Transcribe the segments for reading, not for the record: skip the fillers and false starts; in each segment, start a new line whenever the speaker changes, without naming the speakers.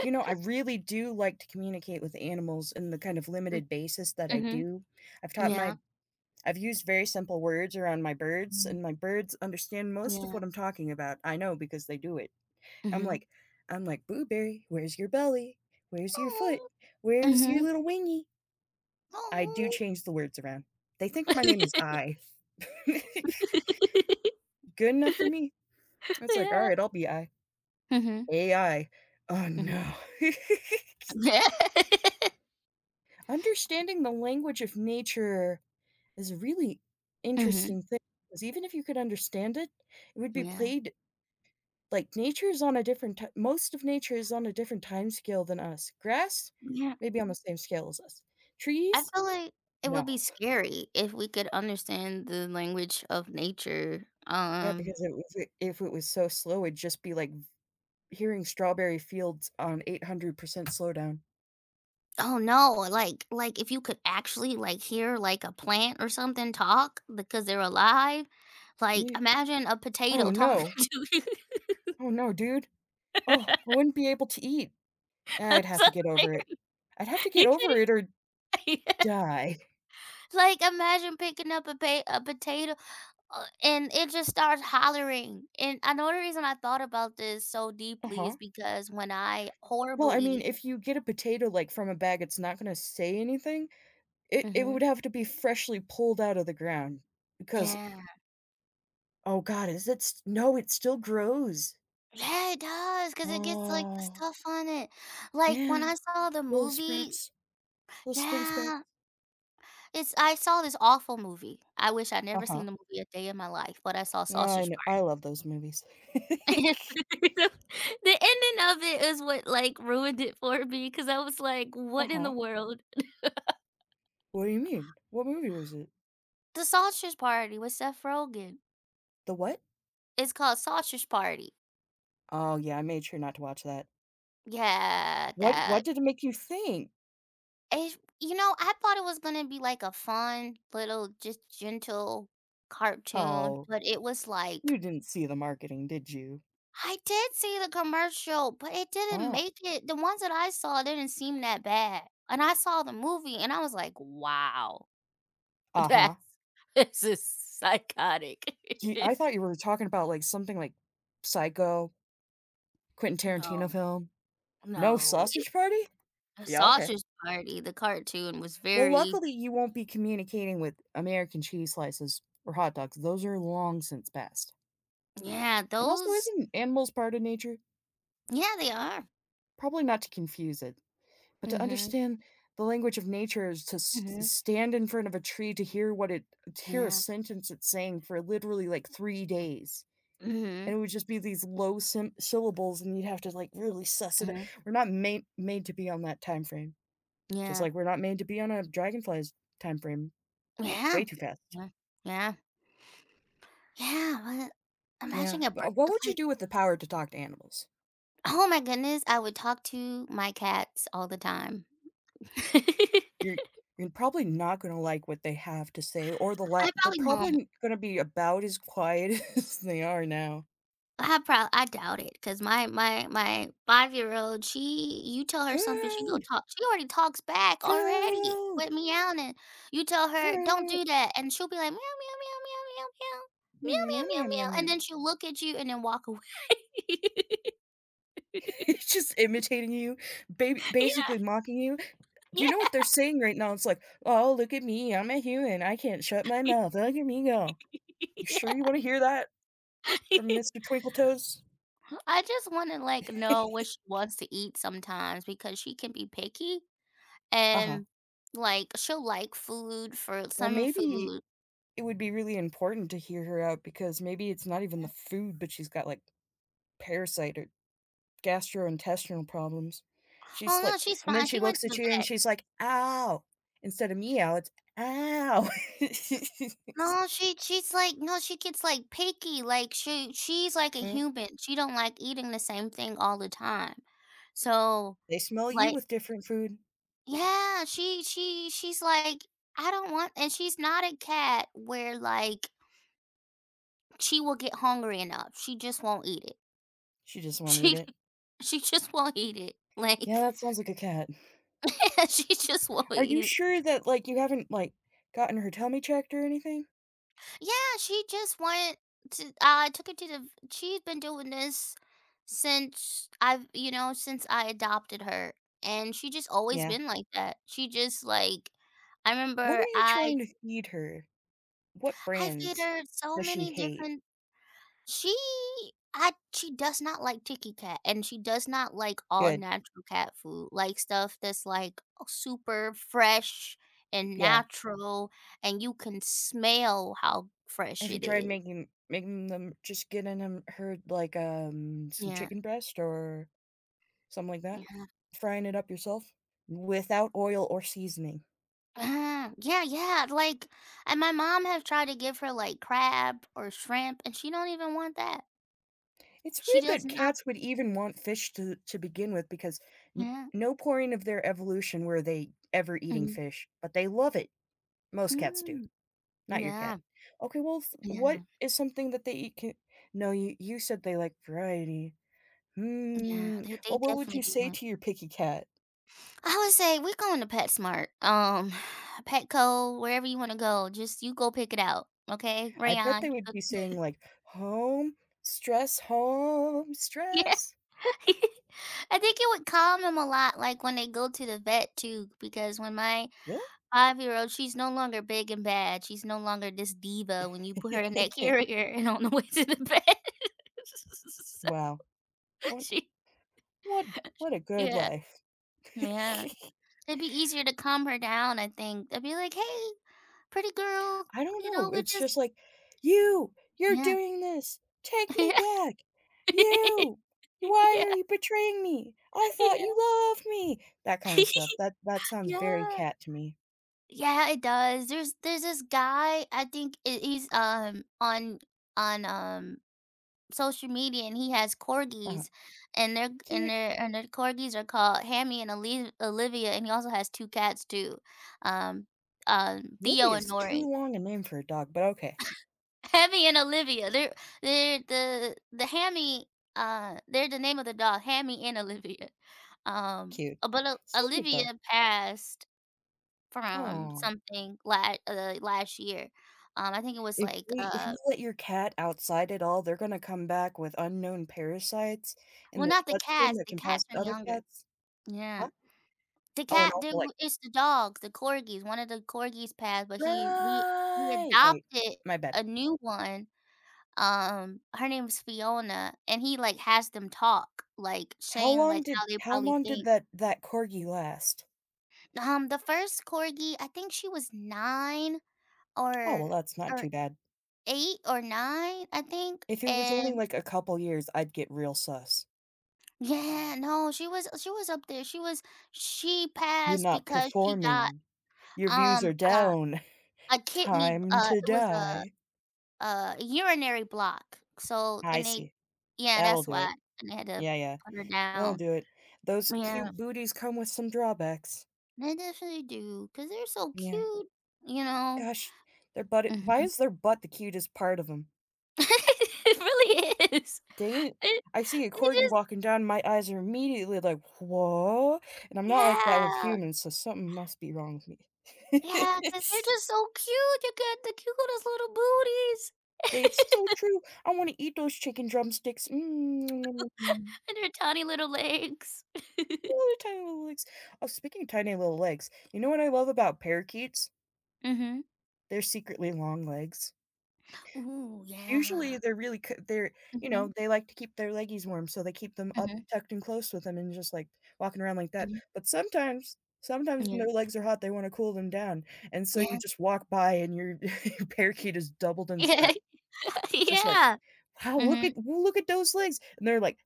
You know, I really do like to communicate with animals in the kind of
Mm,
limited basis that I
mhm.
do. I've taught
Yeah.
my I've used very simple words around my birds,
Mm.
and my birds understand most of
Yeah.
what I'm talking about. I know because they do it. I'm
Mhm.
like I'm like, "Blueberry, where's your belly? Where's your foot?
Oh.
Where's your
Mhm.
little wingy?" I do
Oh.
change the words around. They think my name is I. Good enough for me. It's like,
Yeah.
"Alright, I'll be I.
Mhm.
AI." Oh,
Mhm.
no.
Yeah.
Understanding the language of nature is a really
Mhm.
interesting thing. Because even if you could understand it, it would be
Yeah.
played like, nature is on a different ti most of nature is on a different time scale than us. Grass,
Yeah.
maybe on the same scale as us.
I
Trees?
feel like it
No.
would be scary if we could understand the language of nature.
Yeah, because it was I if it was so slow, it'd just be like hearing strawberry fields on 800% slowdown.
Oh, no, like, if you could actually, like, hear, like, a plant or something talk because they're alive. Like,
Ew.
imagine a
Oh,
potato talking
no.
to you.
Oh, no, dude. Oh, I wouldn't be able to eat.
I'm
I'd have
so
to get over it.
serious.
I'd have to
You
get over it or
couldn't
die.
Like, imagine picking up a potato and it just starts hollering. And I know the reason I thought about this so deeply
Uh-huh.
is because when I
Well, I mean,
horribly
if you get a potato, like, from a bag, it's not gonna say anything. It
Mhm.
would have to be freshly pulled out of the ground because
Yeah.
oh god, is it s no, it still grows.
Yeah, it does. Because it gets, like, the
Oh,
stuff on it. Like, when
yeah,
I saw the
little
movie
sprouts, little spritty sprouts.
yeah, it's I saw this awful movie. I wish I'd never
Uh-huh.
seen the movie a day in my life, but I saw
I
Sausage
know. I
Party.
love those movies.
The the ending of it is what, like, ruined it for me because I was like, "What in the
Uh-huh.
world?"
What do you mean? What movie was it?
The Sausage Party with Seth Rogen.
The what?
It's called Sausage Party.
Oh, yeah, I made sure not to watch that.
Yeah,
What
that
did it make you think?
it you know, I thought it was gonna be like a fun little just gentle cartoon,
Oh,
but it was like
you didn't see the marketing, did you?
I did see the commercial, but it didn't
Oh,
make it. The ones that I saw didn't seem that bad. And I saw the movie and I was like, wow,
uh-huh.
that's this is psychotic.
Gee, I thought you were talking about, like, something like Psycho, Quentin Tarantino
No,
film. No
no.
sausage party?
The
Yeah, okay.
Sausage Party, the cartoon was
Well,
very
luckily, you won't be communicating with American cheese slices or hot dogs, those are long since past.
Yeah,
And also,
those
isn't animals part of nature?
yeah, they are.
Probably not to confuse it, but to
Mhm.
understand the language of nature is to s
Mhm.
stand in front of a tree to hear what it to hear a
Yeah.
sentence it's saying for literally, like, 3 days. And
Mhm.
it would just be these low sym syllables, and you'd have to, like, really suss it o
Mhm.
We're not made to be on that time frame, just
Yeah.
like we're not made to be on a dragonfly's time frame, way
Yeah.
too fast.
Yeah. Yeah. Yeah, what
Yeah,
imagine a bird
what would you
like,
do with the power to talk to animals?
oh my goodness, I would talk to my cats all the time.
You're you're probably not gonna like what they have to say or
I
they're
probably won't.
probably gonna be about as quiet as they are now.
I doubt it, cause my five-year-old, she you tell her something,
"Food,
she already talks back already
food,
with meowing, and you tell her, "Don't
food,
do that," and she'll be like, "Meow, meow, meow, meow, meow, meow.
meow,
Meow,
meow,
meow,
meow,
meow,
meow, meow,
meow,"
meow."
and then she'll look at you and then walk away.
It's just imitating you, ba
Yeah,
basically mocking you. You
yeah,
know what they're saying right now? It's like, "Oh, look at me, I'm a human, I can't shut my mouth, look at me go." You
yeah.
sure you wanna hear that from Mr. Twinkletoes?
I just wanna, like, know what she wants to eat sometimes because she can be picky
Uh-huh.
and, like, she'll like food for
Well,
some
maybe
food.
it would be really important to hear her out because maybe it's not even the food, but she's got, like, parasite or gastrointestinal problems.
"Oh,
She's
no,
like
she's
and then
fine,
she
she went
looks
to
at
the
you and
vet."
she's like, "Ow." Instead of meow, it's ow.
No, she's like no, she gets like picky. Like she's like a
Mm,
human. She don't like eating the same thing all the time. So
they smell you
like
with different food.
yeah, she's like I don't want and she's not a cat where like she will get hungry enough. She just won't eat it.
She just won't eat
She
it.
she just won't eat it.
Yeah,
Like
that sounds like a cat.
she just won't
Are
eat
you
it.
sure that, like, you haven't, like, gotten her tummy checked or anything?
Yeah, she just went to I took her to the she's been doing this since I've, you know, since I adopted her. And she just always
Yeah.
been like that. She just like I
What are
remember
you trying to feed her? What
I fed
brands
her so
does she
many
hate?
different she I she does not like Tiki Cat and she does not like all
Good,
natural cat food. Like stuff that's like super fresh and
yeah.
natural and you can smell how fresh
Have you
it
tried
is.
making them just getting them her, like, some
Yeah.
chicken breast or something like that? Frying it up yourself without oil or seasoning.
Yeah, yeah, like and my mom have tried to give her, like, crab or shrimp, and she don't even want that.
It's
She
weird
does
that
not
cats would even want fish to begin with because n
yeah,
no point of their evolution were they ever eating
mhm,
fish, but they love it. Most cats do.
mm,
Not your cat.
yeah,
Okay, well, s
yeah,
what is something that they eat can No, you said they like variety.
yeah,
Hmm.
they
Well, what would
definitely
you
do
say
want
to your picky cat?
I would say we're going to PetSmart, Petco, wherever you wanna go, just you go pick it out, okay,
I bet
Rayon,
they would be saying like, "Home, stress, home,
yeah.
stress."
I think it would calm 'em a lot, like, when they go to the vet too, because when my
Really?
5 year-old, she's no longer big and bad, she's no longer this diva when you put her in that carrier and on the way to the bed. So
Wow. What
she
what what a good
yeah,
life.
yeah. It'd be easier to calm her down, I think. I'd be like, "Hey, pretty girl,
I don't
you know,
know,
we're
it's
just"
just like, "You! You're
Yeah.
doing this! Take me
Yeah.
back! You! Why
Yeah,
are you betraying me? I thought
yeah.
you loved me!" That kind of stuff, that sounds very
Yeah.
cat to me.
Yeah, it does. There's this guy, I think I he's, on on, um social media and he has
Uh-huh.
corgis and
Cute.
their corgis are called Hammy and Olivia and he also has two cats too. Um
Livy
Theo and
is too
Nori.
long a name for a dog, but okay.
Hammy and Olivia. They're the Hammy they're the name of the dog, Hammy and Olivia.
Cute. Still cute, though.
Olivia passed from
Aw.
something last year. I think it was like
If you let your cat outside at all, they're gonna come back with unknown parasites in
well
their
not the
bloodstream
cats,
that
the
can pass
cats are
to other
younger.
cats. Huh?
Yeah. The
Oh, and
cat
also,
dude
like
it's the dog, the corgis, one of the corgis passed, but he he
right, right.
adopted
My bad.
a new one, her name is Fiona, and he, like, has them talk, like, saying, like, how they
How
probably
long did
think.
that corgi last?
The 1st corgi, I think she was 9
Oh, well,
or
that's not
or
too bad.
8 or 9, I think,
If it was only,
and
like, a couple years, I'd get real sus.
Yeah, no, she was up there, she was she
"You're
passed
not
because she got,
performing. Your views
um,
are
uh,
down.
a kidney
Time to
it was a
die."
Urinary block. So
I
and they
see.
yeah,
That'll
that's
do it.
why, and they had to
Yeah, yeah.
put her
That'll
down.
do it. Those
Yeah,
cute booties come with some drawbacks.
they definitely do, because 'cause they're so
Yeah.
cute, you know?
Gosh, their butt why
Mhm.
is their butt the cutest part of them?
It really is.
They
It
I see a
they
corgi
just
walking down, my eyes are immediately like, "Whoa," and I'm not like that with
yeah,
humans, so something must be wrong with me.
yeah, because 'cause they're
It's
just so cute, you got the cutest little booties
it's so true. I wanna eat those chicken drumsticks. Mm.
and their tiny little legs.
Ooh, tiny little legs. Oh, speaking of tiny little legs, you know what I love about parakeets?
Mhm.
They're secretly long legs.
Ooh, yeah.
Usually, they're really c they're you
Mhm,
know, they like to keep their leggies warm, so they keep them up
mhm,
tucked and close with them and just, like, walking around like that,
mhm.
but sometimes when
Yeah,
their legs are hot, they wanna cool them down, and so you
yeah,
just walk by and your your parakeet is doubled in
yeah,
size, just like,
yeah.
"Wow,
Mhm,
look at those legs," and they're like,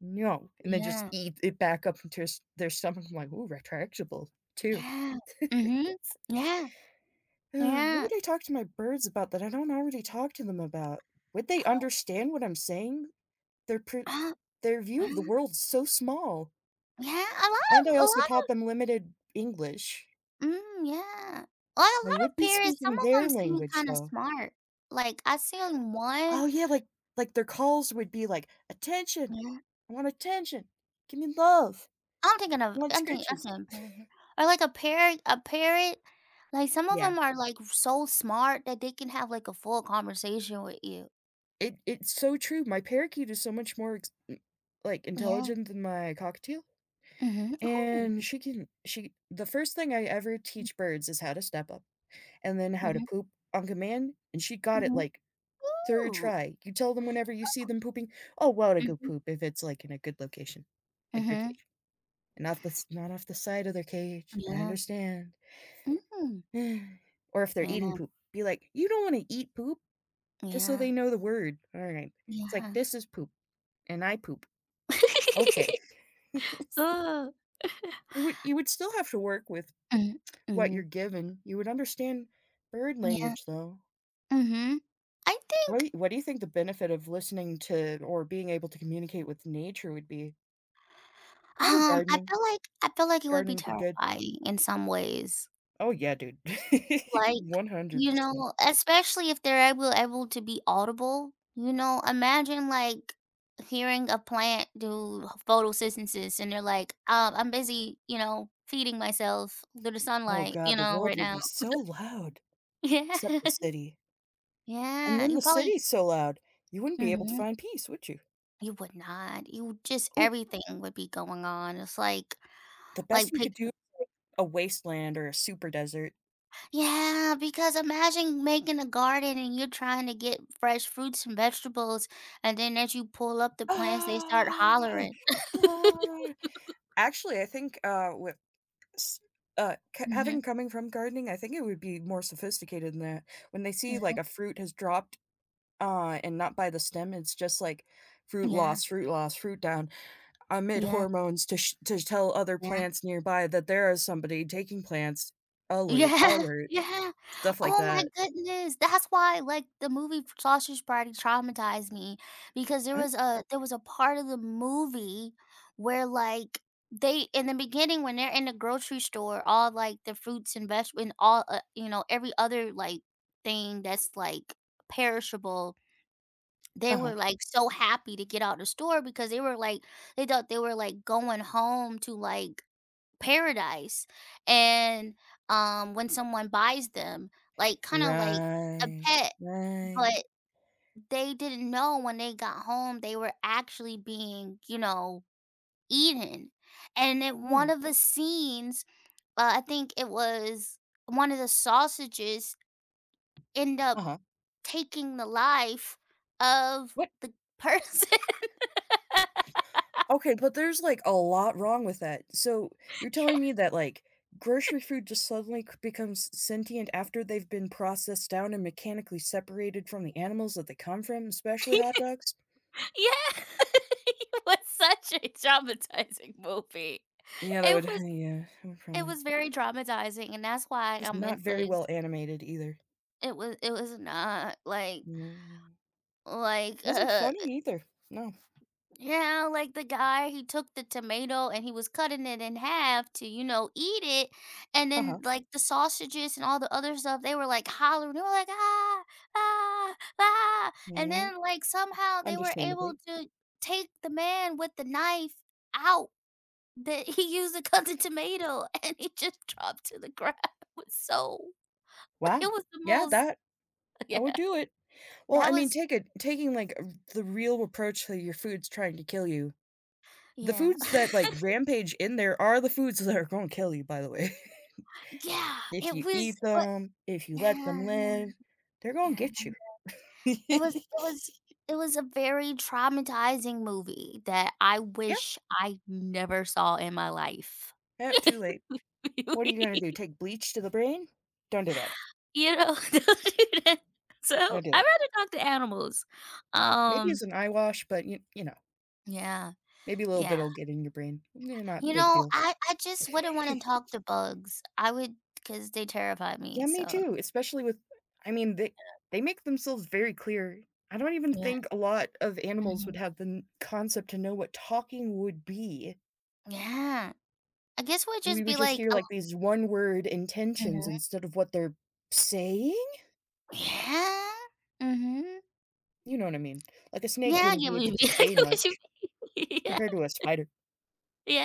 "No," and they just
yeah.
eat it back up into s their stomach, I'm like, "Ooh, retractable too."
Yeah. Mhm. Yeah,
What
yeah.
would I talk to my birds about that I don't already talk to them about? Would they
Oh,
understand what I'm saying? Their per
Uh,
their view of the
mhm.
world's so small,
Yeah, a lot
and I
of
also taught them limited English.
mm, yeah. Like a
I
lot
would
of
be
parents, some
speaking
of
their
them seem
language,
kinda
though.
smart. Like, I seen one
Oh, yeah, like, their calls would be like, "Attention!
yeah.
I want attention. Give me love. I want
I'm thinking I'm
scritches."
saying parent or like a parrot, like, some of
Yeah.
them are, like, so smart that they can have, like, a full conversation with you.
It's so true, my parakeet is so much more ex m like,
Yeah.
intelligent than my cockatiel,
Mhm. Ooh.
and she can she the first thing I ever teach birds is how to step up, and then how to
Mhm,
poop on command, and she got it,
mhm.
like, 3rd
Ooh.
try, you tell them whenever you see them pooping, "Oh, wow, to go
Mhm,
poop," if it's, like, in a good location, like their
mhm.
cage, and not the s not off the side of their cage, but I
Yeah.
understand.
Mm.
Or if they're eating
Yeah,
poop, be like, "You don't wanna eat poop?" Just so they
yeah.
know the word, alright. It's like,
Yeah.
"This is poop, and I poop." Okay.
Oh.
It would you would still have to work with
Mm,
what you're
mm,
given, you would understand bird
yeah,
language, though.
mhm. I think,
What do you think the benefit of listening to or being able to communicate with nature would be? Probably gardening.
I feel like it would be
Gardening be good.
terrifying in some ways,
Oh, yeah, dude.
like, you
100%.
know, especially if they're able able to be audible, you know, imagine, like, hearing a plant do photosynthesis and they're like, I'm busy, you know, feeding myself through the
Oh
sunlight, you
god, the
know,
world
right
would
now."
be so loud, except the
Yeah.
city. And
Yeah,
then
you
the
probably
city's so loud, you wouldn't be able to
Mhm.
find peace, would you?
You would not. You just
Oh,
everything would be going on. It's
the best
like
you could do
picking
a wasteland or a super desert.
Yeah, because imagine making a garden and you're trying to get fresh fruits and vegetables, and then as you pull up the plants, they start
Ah,
hollering.
ah. Actually, I think, with s c having
Mhm.
coming from gardening, I think it would be more sophisticated than that. When they see, like,
Yeah.
a fruit has dropped, and not by the stem, it's just like, "Fruit
Yeah.
loss, fruit loss, fruit down." Emit
Yeah.
hormones to sh to tell other
Yeah.
plants nearby that there is somebody taking plants. Alert,
Yeah,
alert,
yeah.
stuff like
Oh my
that.
goodness. That's why, like, the movie Sausage Party traumatized me because
Huh?
there was a part of the movie where, like, they in the beginning, when they're in the grocery store, all, like, the fruits and vegetables and all, you know, every other, like, thing that's, like, perishable, they
Uh-huh.
were, like, so happy to get out the store because they were, like they thought they were, like, going home to, like paradise. And, when someone buys them, like, kinda like a
Right,
pet,
right.
but they didn't know when they got home, they were actually being, you know, eaten. And in
Hmm.
one of the scenes, I think it was one of the sausages end up
Uh-huh.
taking the life of
What?
the person.
Okay, but there's, like, a lot wrong with that. So, you're telling me that, like, grocery food just suddenly c becomes sentient after they've been processed down and mechanically separated from the animals that they come from, especially hot dogs?
Yeah. It was such a traumatizing movie.
Yeah, that would
It was
yeah, that would
It
probably
was very traumatizing, and that's why I
it's not
meant
very
this.
well animated either.
It was not like
Mm.
like,
Wasn't funny either. No.
yeah, like, the guy, he took the tomato and he was cutting it in half to, you know, eat it, and then,
Uh-huh.
like, the sausages and all the other stuff, they were, like, hollering, they were like, "Ah, ah, ah," and
Mhm.
then, like, somehow they were able
Understandably.
to take the man with the knife out that he used to cut the tomato, and he just dropped to the ground. It was so It
Wow.
was the
Yeah,
most
that would
yeah.
do it. Well, I
That
mean,
was
take it taking, like, r the real approach to your food's trying to kill you. The
yeah.
foods that, like, rampage in there are the foods that are gonna kill you, by the way.
Yeah,
If
it
you
was
eat
but
them, if you let
yeah,
them live, they're gonna
yeah.
get you.
It was it was it was a very traumatizing movie that I
Yeah.
wish I never saw in my life.
Yep, too late. What are you gonna
Really,
do? Take bleach to the brain? Don't do that.
you know? Don't do that. So,
Don't do
I'd
that.
rather talk to animals.
Maybe it's
Um,
an eye wash, but you know,
yeah,
maybe a little
yeah.
bit'll get in your brain. Nah, not
You
big
know,
deal.
I just wouldn't wanna talk to bugs. I would because they terrify me,
Yeah, me
so
too, especially with I mean, they make themselves very clear. I don't even
yeah.
think a lot of animals would
Mhm.
have the n concept to know what talking would be,
Yeah. I guess we would
and we
just
would
be
just
like
hear,
a
like, these one-word intentions
mhm.
instead of what they're saying?
Yeah. Mhm.
You know what I mean? Like, a snake
Yeah, I
wouldn't
get
be
what you
able
mean.
to
I
say
get what you
much
mean. Yeah.
compared to a spider.
Yeah.